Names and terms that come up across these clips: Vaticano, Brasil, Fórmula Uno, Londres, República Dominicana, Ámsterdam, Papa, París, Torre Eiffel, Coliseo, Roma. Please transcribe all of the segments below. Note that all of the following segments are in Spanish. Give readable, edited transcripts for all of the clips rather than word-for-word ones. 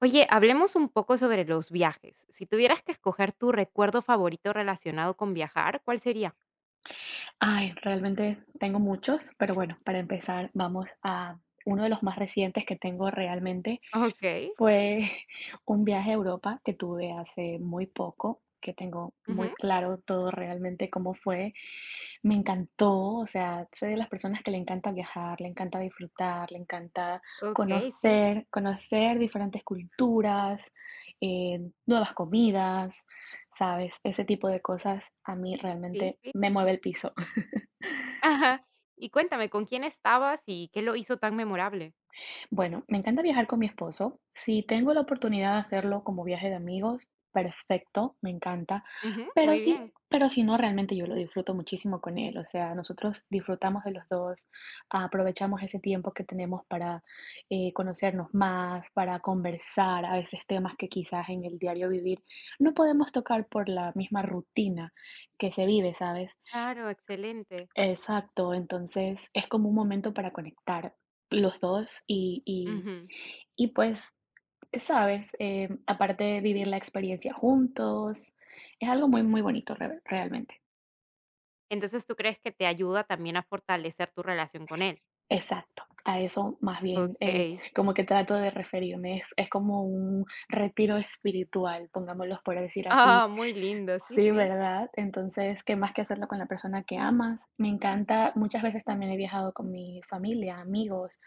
Oye, hablemos un poco sobre los viajes. Si tuvieras que escoger tu recuerdo favorito relacionado con viajar, ¿cuál sería? Ay, realmente tengo muchos, pero bueno, para empezar, vamos a uno de los más recientes que tengo realmente Okey. fue un viaje a Europa que tuve hace muy poco, que tengo muy Ujú. claro todo realmente cómo fue. Me encantó, o sea, soy de las personas que le encanta viajar, le encanta disfrutar, le encanta Okey, sí, conocer diferentes culturas, nuevas comidas, ¿sabes? Ese tipo de cosas a mí sí, realmente sí, me mueve claro. el piso. Ajá. Y cuéntame, ¿con quién estabas y qué lo hizo tan memorable? Bueno, me encanta viajar con mi esposo. Si tengo la oportunidad de hacerlo como viaje de amigos, perfecto, me encanta. Ujú, Pero muy sí, bien. pero si no, realmente yo lo disfruto muchísimo con él. O sea, nosotros disfrutamos de los dos, aprovechamos ese tiempo que tenemos para conocernos más, para conversar, a veces temas que quizás en el diario vivir no podemos tocar por la misma rutina que se vive, ¿sabes? Claro, excelente. Exacto, entonces es como un momento para conectar los dos Ujú. y pues, sabes, aparte de vivir la experiencia juntos, es algo muy, muy bonito realmente. Entonces, ¿tú crees que te ayuda también a fortalecer tu relación con él? Exacto, a eso más bien Okey. como que trato de referirme, es como un retiro espiritual, pongámoslo por decir así. Ah, muy lindo, sí, Sí, sí. ¿verdad? Entonces, ¿qué más que hacerlo con la persona que amas? Me encanta, muchas veces también he viajado con mi familia, amigos,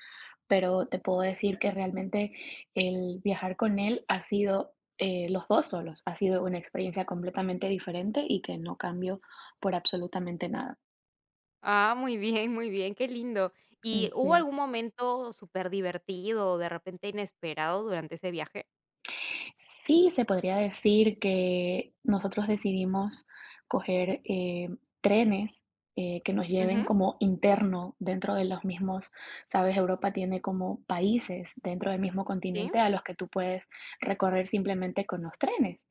pero te puedo decir que realmente el viajar con él ha sido, los dos solos, ha sido una experiencia completamente diferente y que no cambio por absolutamente nada. Ah, muy bien, qué lindo. ¿Y hubo Sí. algún momento súper divertido o de repente inesperado durante ese viaje? Sí, se podría decir que nosotros decidimos coger, trenes, que nos Ujú, lleven como interno dentro de los mismos, ¿sabes? Europa tiene como países dentro del mismo sí, continente a los que tú puedes recorrer simplemente con los trenes.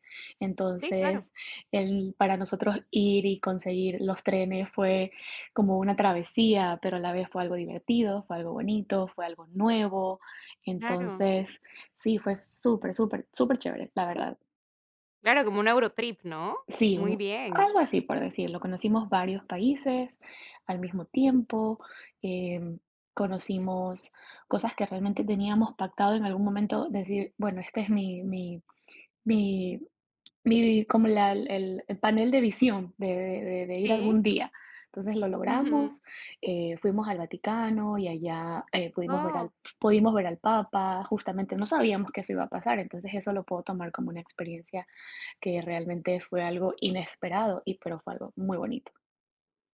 sí, claro, Entonces, el para nosotros ir y conseguir los trenes fue como una travesía, pero a la vez fue algo divertido, fue algo bonito, fue algo nuevo. claro. Entonces, sí, fue súper, súper, súper chévere, la verdad. Claro, como un Eurotrip, ¿no? Sí, Muy bien. algo así por decirlo. Conocimos varios países al mismo tiempo, em, conocimos cosas que realmente teníamos pactado en algún momento, decir, bueno, este es mi mi como la el panel de visión de ir Sí. algún día. Entonces lo Ujú. logramos, fuimos al Vaticano y allá, Oh, pudimos ver al Papa, justamente no sabíamos que eso iba a pasar, entonces eso lo puedo tomar como una experiencia que realmente fue algo inesperado y pero fue algo muy bonito.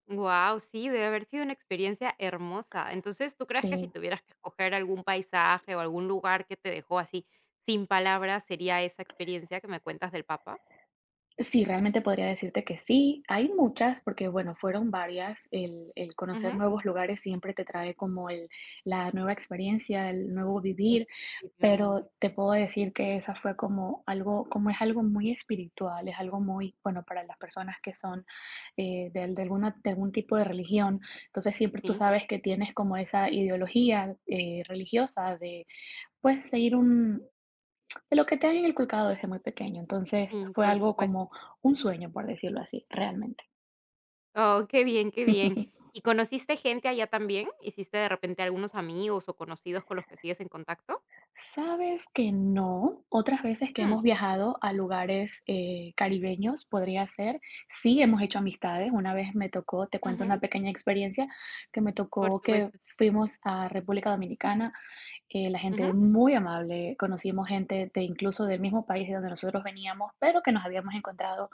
guau, sí, debe haber sido una experiencia hermosa. Entonces, ¿tú crees que si Sí. tuvieras que escoger algún paisaje o algún lugar que te dejó así sin palabras, sería esa experiencia que me cuentas del Papa? Sí, realmente podría decirte que sí. Hay muchas, porque bueno, fueron varias. El conocer Ujú. nuevos lugares siempre te trae como el, la nueva experiencia, el nuevo Sí, vivir, definitivamente. pero te puedo decir que esa fue como algo, como es algo muy espiritual, es algo muy, bueno, para las personas que son de alguna, de algún tipo de religión. Entonces siempre tú Sí, sabes que tienes como esa ideología religiosa de, pues, seguir un, de lo que te había inculcado desde muy pequeño, entonces sí, fue por algo supuesto. como un sueño, por decirlo así, realmente. Oh, qué bien, qué bien. ¿Y conociste gente allá también? ¿Hiciste de repente algunos amigos o conocidos con los que sigues en contacto? Sabes que no, otras veces que Mm, hemos viajado a lugares, caribeños, podría ser, sí hemos hecho amistades. Una vez me tocó, te cuento ujú, una pequeña experiencia, que me por tocó que supuesto. fuimos a República Dominicana la gente Ujú, muy amable, conocimos gente de incluso del mismo país de donde nosotros veníamos, pero que nos habíamos encontrado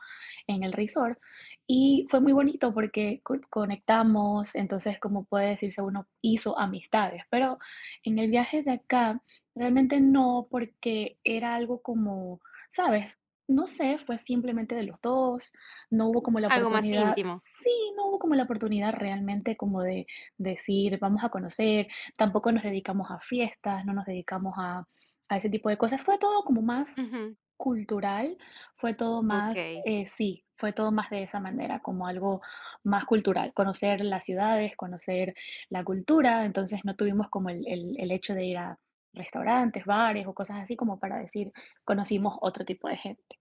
en el resort. Y fue muy bonito porque conectamos, entonces como puede decirse, uno hizo amistades, pero en el viaje de acá realmente no, porque era algo como, ¿sabes? No sé, fue simplemente de los dos, no hubo como la algo más oportunidad, íntimo. sí, no hubo como la oportunidad realmente como de decir, vamos a conocer. Tampoco nos dedicamos a fiestas, no nos dedicamos a ese tipo de cosas. Fue todo como más Ujú, cultural, fue todo más, okey. Sí, fue todo más de esa manera, como algo más cultural, conocer las ciudades, conocer la cultura, entonces no tuvimos como el hecho de ir a restaurantes, bares o cosas así como para decir, conocimos otro tipo de gente.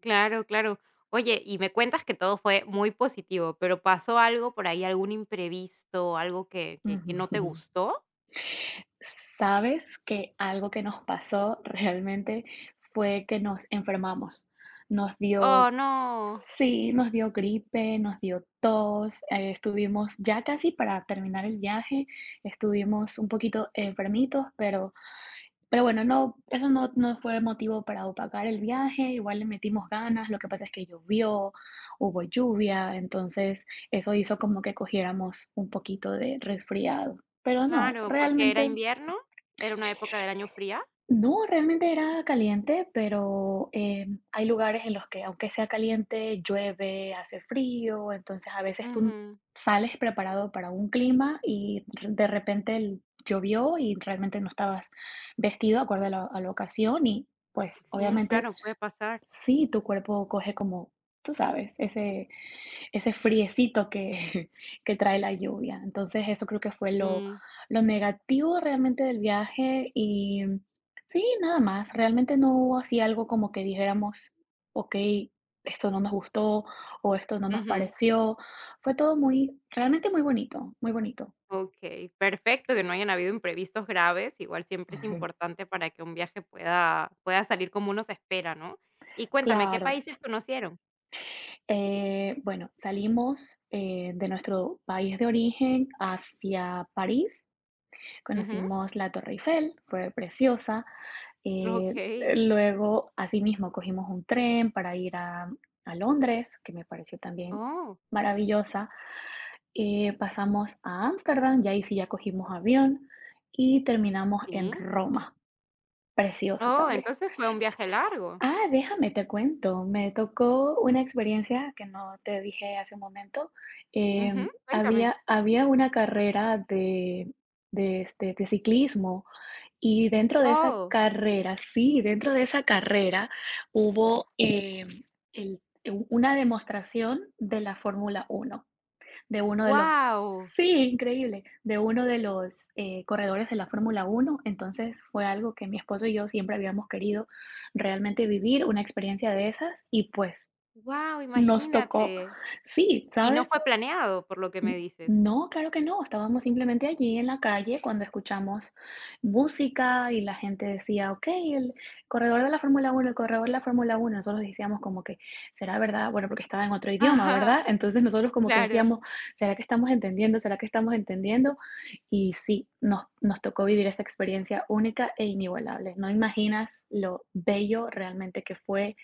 Claro, claro. Oye, y me cuentas que todo fue muy positivo, pero, ¿pasó algo por ahí, algún imprevisto, algo que que Ujú. que no te gustó? Sabes que algo que nos pasó realmente fue que nos enfermamos. Nos dio Oh, no. sí, nos dio gripe, nos dio tos, estuvimos ya casi para terminar el viaje, estuvimos un poquito enfermitos, pero bueno, no, eso no fue motivo para opacar el viaje, igual le metimos ganas, lo que pasa es que llovió, hubo lluvia, entonces eso hizo como que cogiéramos un poquito de resfriado, pero no, Claro, porque era realmente invierno, era una época del año fría. no, realmente era caliente, pero, hay lugares en los que, aunque sea caliente, llueve, hace frío, entonces a veces tú Ujú. sales preparado para un clima y r de repente l llovió y realmente no estabas vestido acorde a la ocasión y, pues, Sí, obviamente claro, puede pasar. sí, tu cuerpo coge como, tú sabes, ese friecito que, que trae la lluvia. Entonces, eso creo que fue Sí. lo negativo realmente del viaje y sí, nada más. Realmente no hubo así algo como que dijéramos, ok, esto no nos gustó o esto no nos Ujú. pareció. Fue todo muy, realmente muy bonito, muy bonito. Okey, perfecto, que no hayan habido imprevistos graves, igual siempre es Ujú. importante para que un viaje pueda salir como uno se espera, ¿no? Y cuéntame, ¿qué Claro. países conocieron? Bueno, salimos de nuestro país de origen hacia París. Ujú, Conocimos la Torre Eiffel, fue preciosa. Eh, okey. Luego, asimismo, cogimos un tren para ir a Londres, que me pareció también Oh, maravillosa. Pasamos a Ámsterdam, y ahí sí ya cogimos avión y terminamos en sí. Roma, preciosa Oh, también. entonces fue un viaje largo. Ah, déjame, te cuento, me tocó una experiencia que no te dije hace un momento. Ujú, cuéntame. Había una carrera de, de ciclismo y dentro de esa Oh, carrera sí, dentro de esa carrera hubo, el u una demostración de la Fórmula uno de los guau, sí, increíble, de uno de los, corredores de la Fórmula Uno. Entonces, fue algo que mi esposo y yo siempre habíamos querido realmente vivir, una experiencia de esas, y pues guau, nos tocó. imagínate. Sí, Y no ¿sabes? fue planeado, por lo que me N- dices. No, claro que no. Estábamos simplemente allí en la calle cuando escuchamos música y la gente decía, ok, el corredor de la Fórmula Uno, el corredor de la Fórmula Uno. Nosotros decíamos como que, ¿será verdad? Bueno, porque estaba en otro idioma, Ajá, ¿verdad? Entonces nosotros como que claro, decíamos, ¿será que estamos entendiendo? ¿Será que estamos entendiendo? Y sí, nos tocó vivir esa experiencia única e inigualable. No imaginas lo bello realmente que fue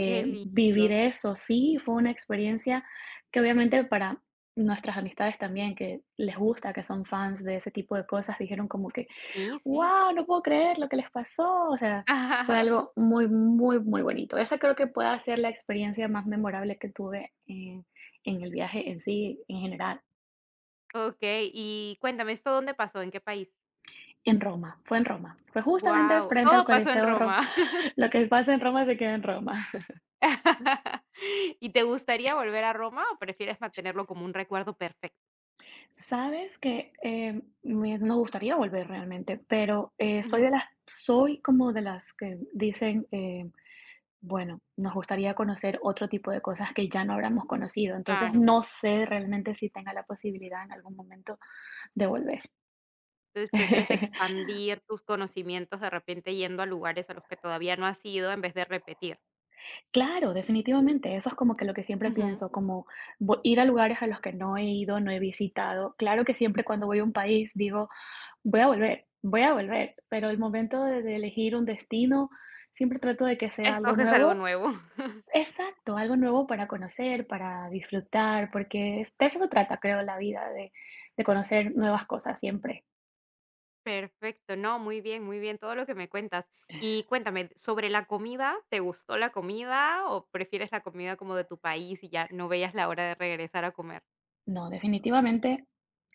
qué vivir lindo. eso. Sí, fue una experiencia que obviamente para nuestras amistades también, que les gusta, que son fans de ese tipo de cosas, dijeron como que, Sí, sí. wow, no puedo creer lo que les pasó. O sea, fue algo muy, muy, muy bonito. Esa creo que puede ser la experiencia más memorable que tuve en el viaje en sí, en general. Okey, y cuéntame, ¿esto dónde pasó? ¿En qué país? En Roma. Fue justamente Wow, frente al todo pasó en Coliseo Roma. Roma. Lo que pasa en Roma se queda en Roma. ¿Y te gustaría volver a Roma o prefieres mantenerlo como un recuerdo perfecto? Sabes que, me nos gustaría volver realmente, pero, soy Ujú, de las soy como de las que dicen, bueno, nos gustaría conocer otro tipo de cosas que ya no habríamos conocido. Entonces, claro. no sé realmente si tenga la posibilidad en algún momento de volver. Entonces, prefieres expandir tus conocimientos de repente yendo a lugares a los que todavía no has ido en vez de repetir. Claro, definitivamente, eso es como que lo que siempre Ujú. pienso, como vo ir a lugares a los que no he ido, no he visitado. Claro que siempre cuando voy a un país digo: voy a volver, voy a volver, pero el momento de elegir un destino, siempre trato de que sea algo Escoges algo nuevo. nuevo. Exacto, algo nuevo para conocer, para disfrutar, porque de eso se trata, creo, la vida, de conocer nuevas cosas siempre. Perfecto, no, muy bien, todo lo que me cuentas. Y cuéntame, sobre la comida, ¿te gustó la comida o prefieres la comida como de tu país y ya no veías la hora de regresar a comer? No, definitivamente,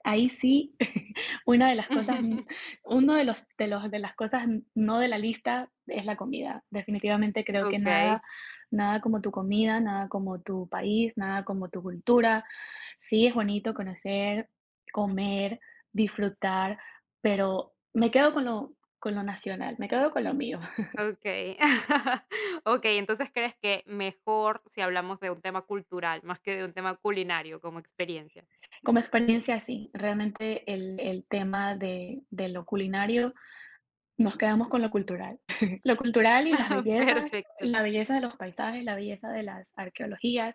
ahí sí una de las cosas, uno de los de los de las cosas no de la lista es la comida. Definitivamente creo que nada Okey. nada como tu comida, nada como tu país, nada como tu cultura. Sí, es bonito conocer, comer, disfrutar, pero me quedo con lo nacional, me quedo con lo mío. Okay, Okey, entonces, ¿crees que mejor si hablamos de un tema cultural, más que de un tema culinario como experiencia? Como experiencia, sí, realmente el tema de lo culinario, nos quedamos con lo cultural. Lo cultural y las bellezas, Perfecto. la belleza de los paisajes, la belleza de las arqueologías,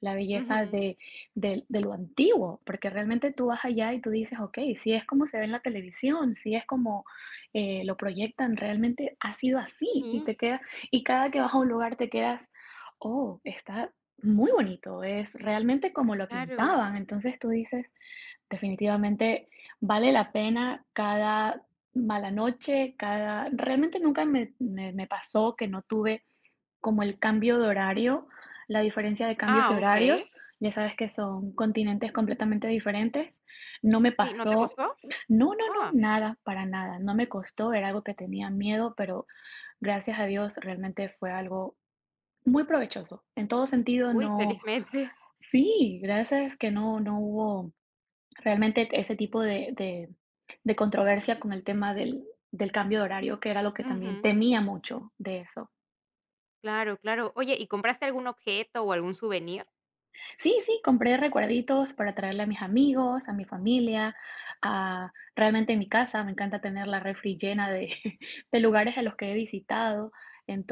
la belleza Ujú. de de lo antiguo, porque realmente tú vas allá y tú dices: "Okey, si es como se ve en la televisión, si es como, lo proyectan, realmente ha sido así", y Sí, te queda y cada que vas a un lugar te quedas: "Oh, está muy bonito, es realmente como lo claro. pintaban". Entonces tú dices: definitivamente vale la pena cada mala noche, cada realmente nunca me pasó que no tuve como el cambio de horario, la diferencia de cambios de Ah, okey. horarios, ya sabes que son continentes completamente diferentes, no me Sí, ¿no te pasó costó? no, Ah, nada, para nada, no me costó, era algo que tenía miedo, pero gracias a Dios realmente fue algo muy provechoso. En todo sentido, uy, no felizmente. sí, gracias que no hubo realmente ese tipo de de controversia con el tema del cambio de horario, que era lo que también Ujú. temía mucho de eso. Claro, claro. Oye, ¿y compraste algún objeto o algún souvenir? Sí, sí, compré recuerditos para traerle a mis amigos, a mi familia, a realmente en mi casa me encanta tener la refri llena de de lugares a los que he visitado.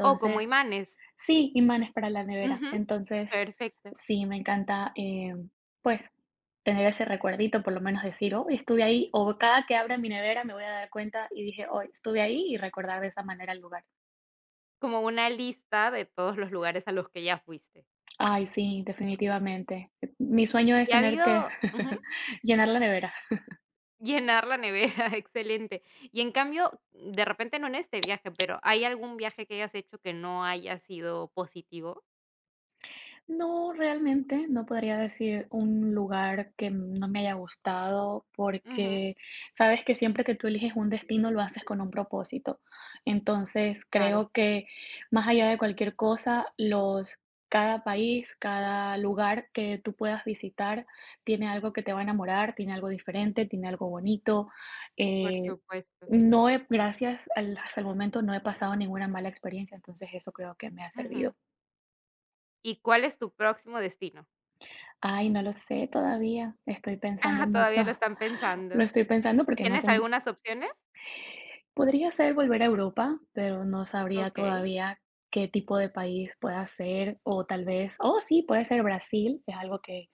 Oh, como imanes. sí, imanes para la nevera. Ujú, Entonces, perfecto. sí, me encanta, pues, tener ese recuerdito, por lo menos decir, oh estuve ahí, o cada que abra mi nevera me voy a dar cuenta y dije, hoy estuve ahí y recordar de esa manera el lugar. Como una lista de todos los lugares a los que ya fuiste. Ay, sí, definitivamente. Mi sueño es ¿Y ha tener que habido? llenar la nevera. Llenar la nevera, excelente. Y en cambio, de repente no en este viaje, pero ¿hay algún viaje que hayas hecho que no haya sido positivo? No, realmente no podría decir un lugar que no me haya gustado Ujú, porque sabes que siempre que tú eliges un destino lo haces con un propósito. Entonces, claro, creo que más allá de cualquier cosa, los cada país, cada lugar que tú puedas visitar tiene algo que te va a enamorar, tiene algo diferente, tiene algo bonito. por Eh, supuesto. no he, gracias al, hasta el momento no he pasado ninguna mala experiencia, entonces eso creo que me ha servido. Ujú. ¿Y cuál es tu próximo destino? Ay, no lo sé todavía. Estoy pensando Ah, mucho. todavía lo están Lo pensando. estoy pensando porque no sé. ¿Tienes algunas opciones? Podría ser volver a Europa, pero no sabría Okey. todavía qué tipo de país pueda ser, o tal vez, o sí, puede ser Brasil, es algo que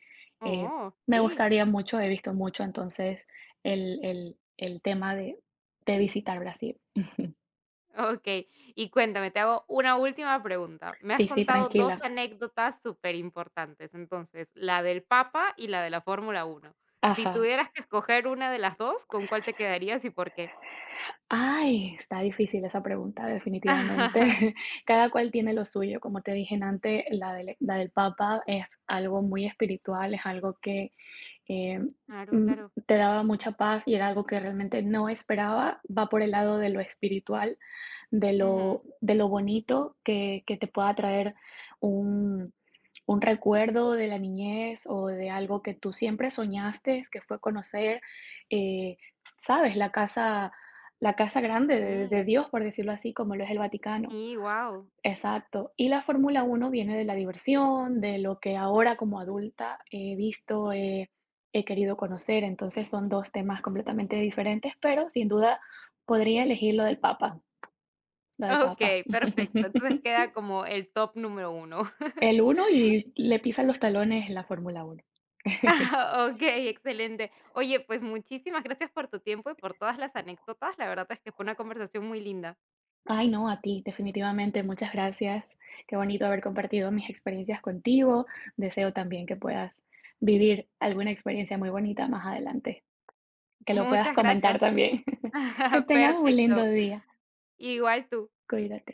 eh, Oh, me sí. gustaría mucho, he visto mucho, entonces el tema de visitar Brasil. Okey. Y cuéntame, te hago una última pregunta. Me has Sí, sí, contado 2 tranquila. anécdotas superimportantes, entonces, la del Papa y la de la Fórmula Uno. Si Ajá. tuvieras que escoger una de las 2, ¿con cuál te quedarías y por qué? Ay, está difícil esa pregunta, definitivamente. Cada cual tiene lo suyo. Como te dije antes, la del Papa es algo muy espiritual, es algo que eh, Claro, mm, claro. te daba mucha paz y era algo que realmente no esperaba, va por el lado de lo espiritual, Ujú. De lo bonito que te pueda traer un, un recuerdo de la niñez o de algo que tú siempre soñaste, que fue conocer, eh, sabes, la casa grande de Sí, Dios, por decirlo así, como lo es el Vaticano. sí, wow, Exacto. Y la Fórmula Uno viene de la diversión, de lo que ahora como adulta he visto, he querido conocer. Entonces son 2 temas completamente diferentes, pero sin duda podría elegir lo del Papa, lo del Papa. Okey, perfecto. Entonces queda como el top número uno. El uno y le pisan los talones la Fórmula Uno. Okey, excelente. Oye, pues muchísimas gracias por tu tiempo y por todas las anécdotas. La verdad es que fue una conversación muy linda. Ay, no, a ti, definitivamente, muchas gracias. Qué bonito haber compartido mis experiencias contigo. Deseo también que puedas vivir alguna experiencia muy bonita más adelante. Que lo puedas Muchas comentar gracias. también. Que tengas un lindo Perfecto, día. igual tú. Cuídate.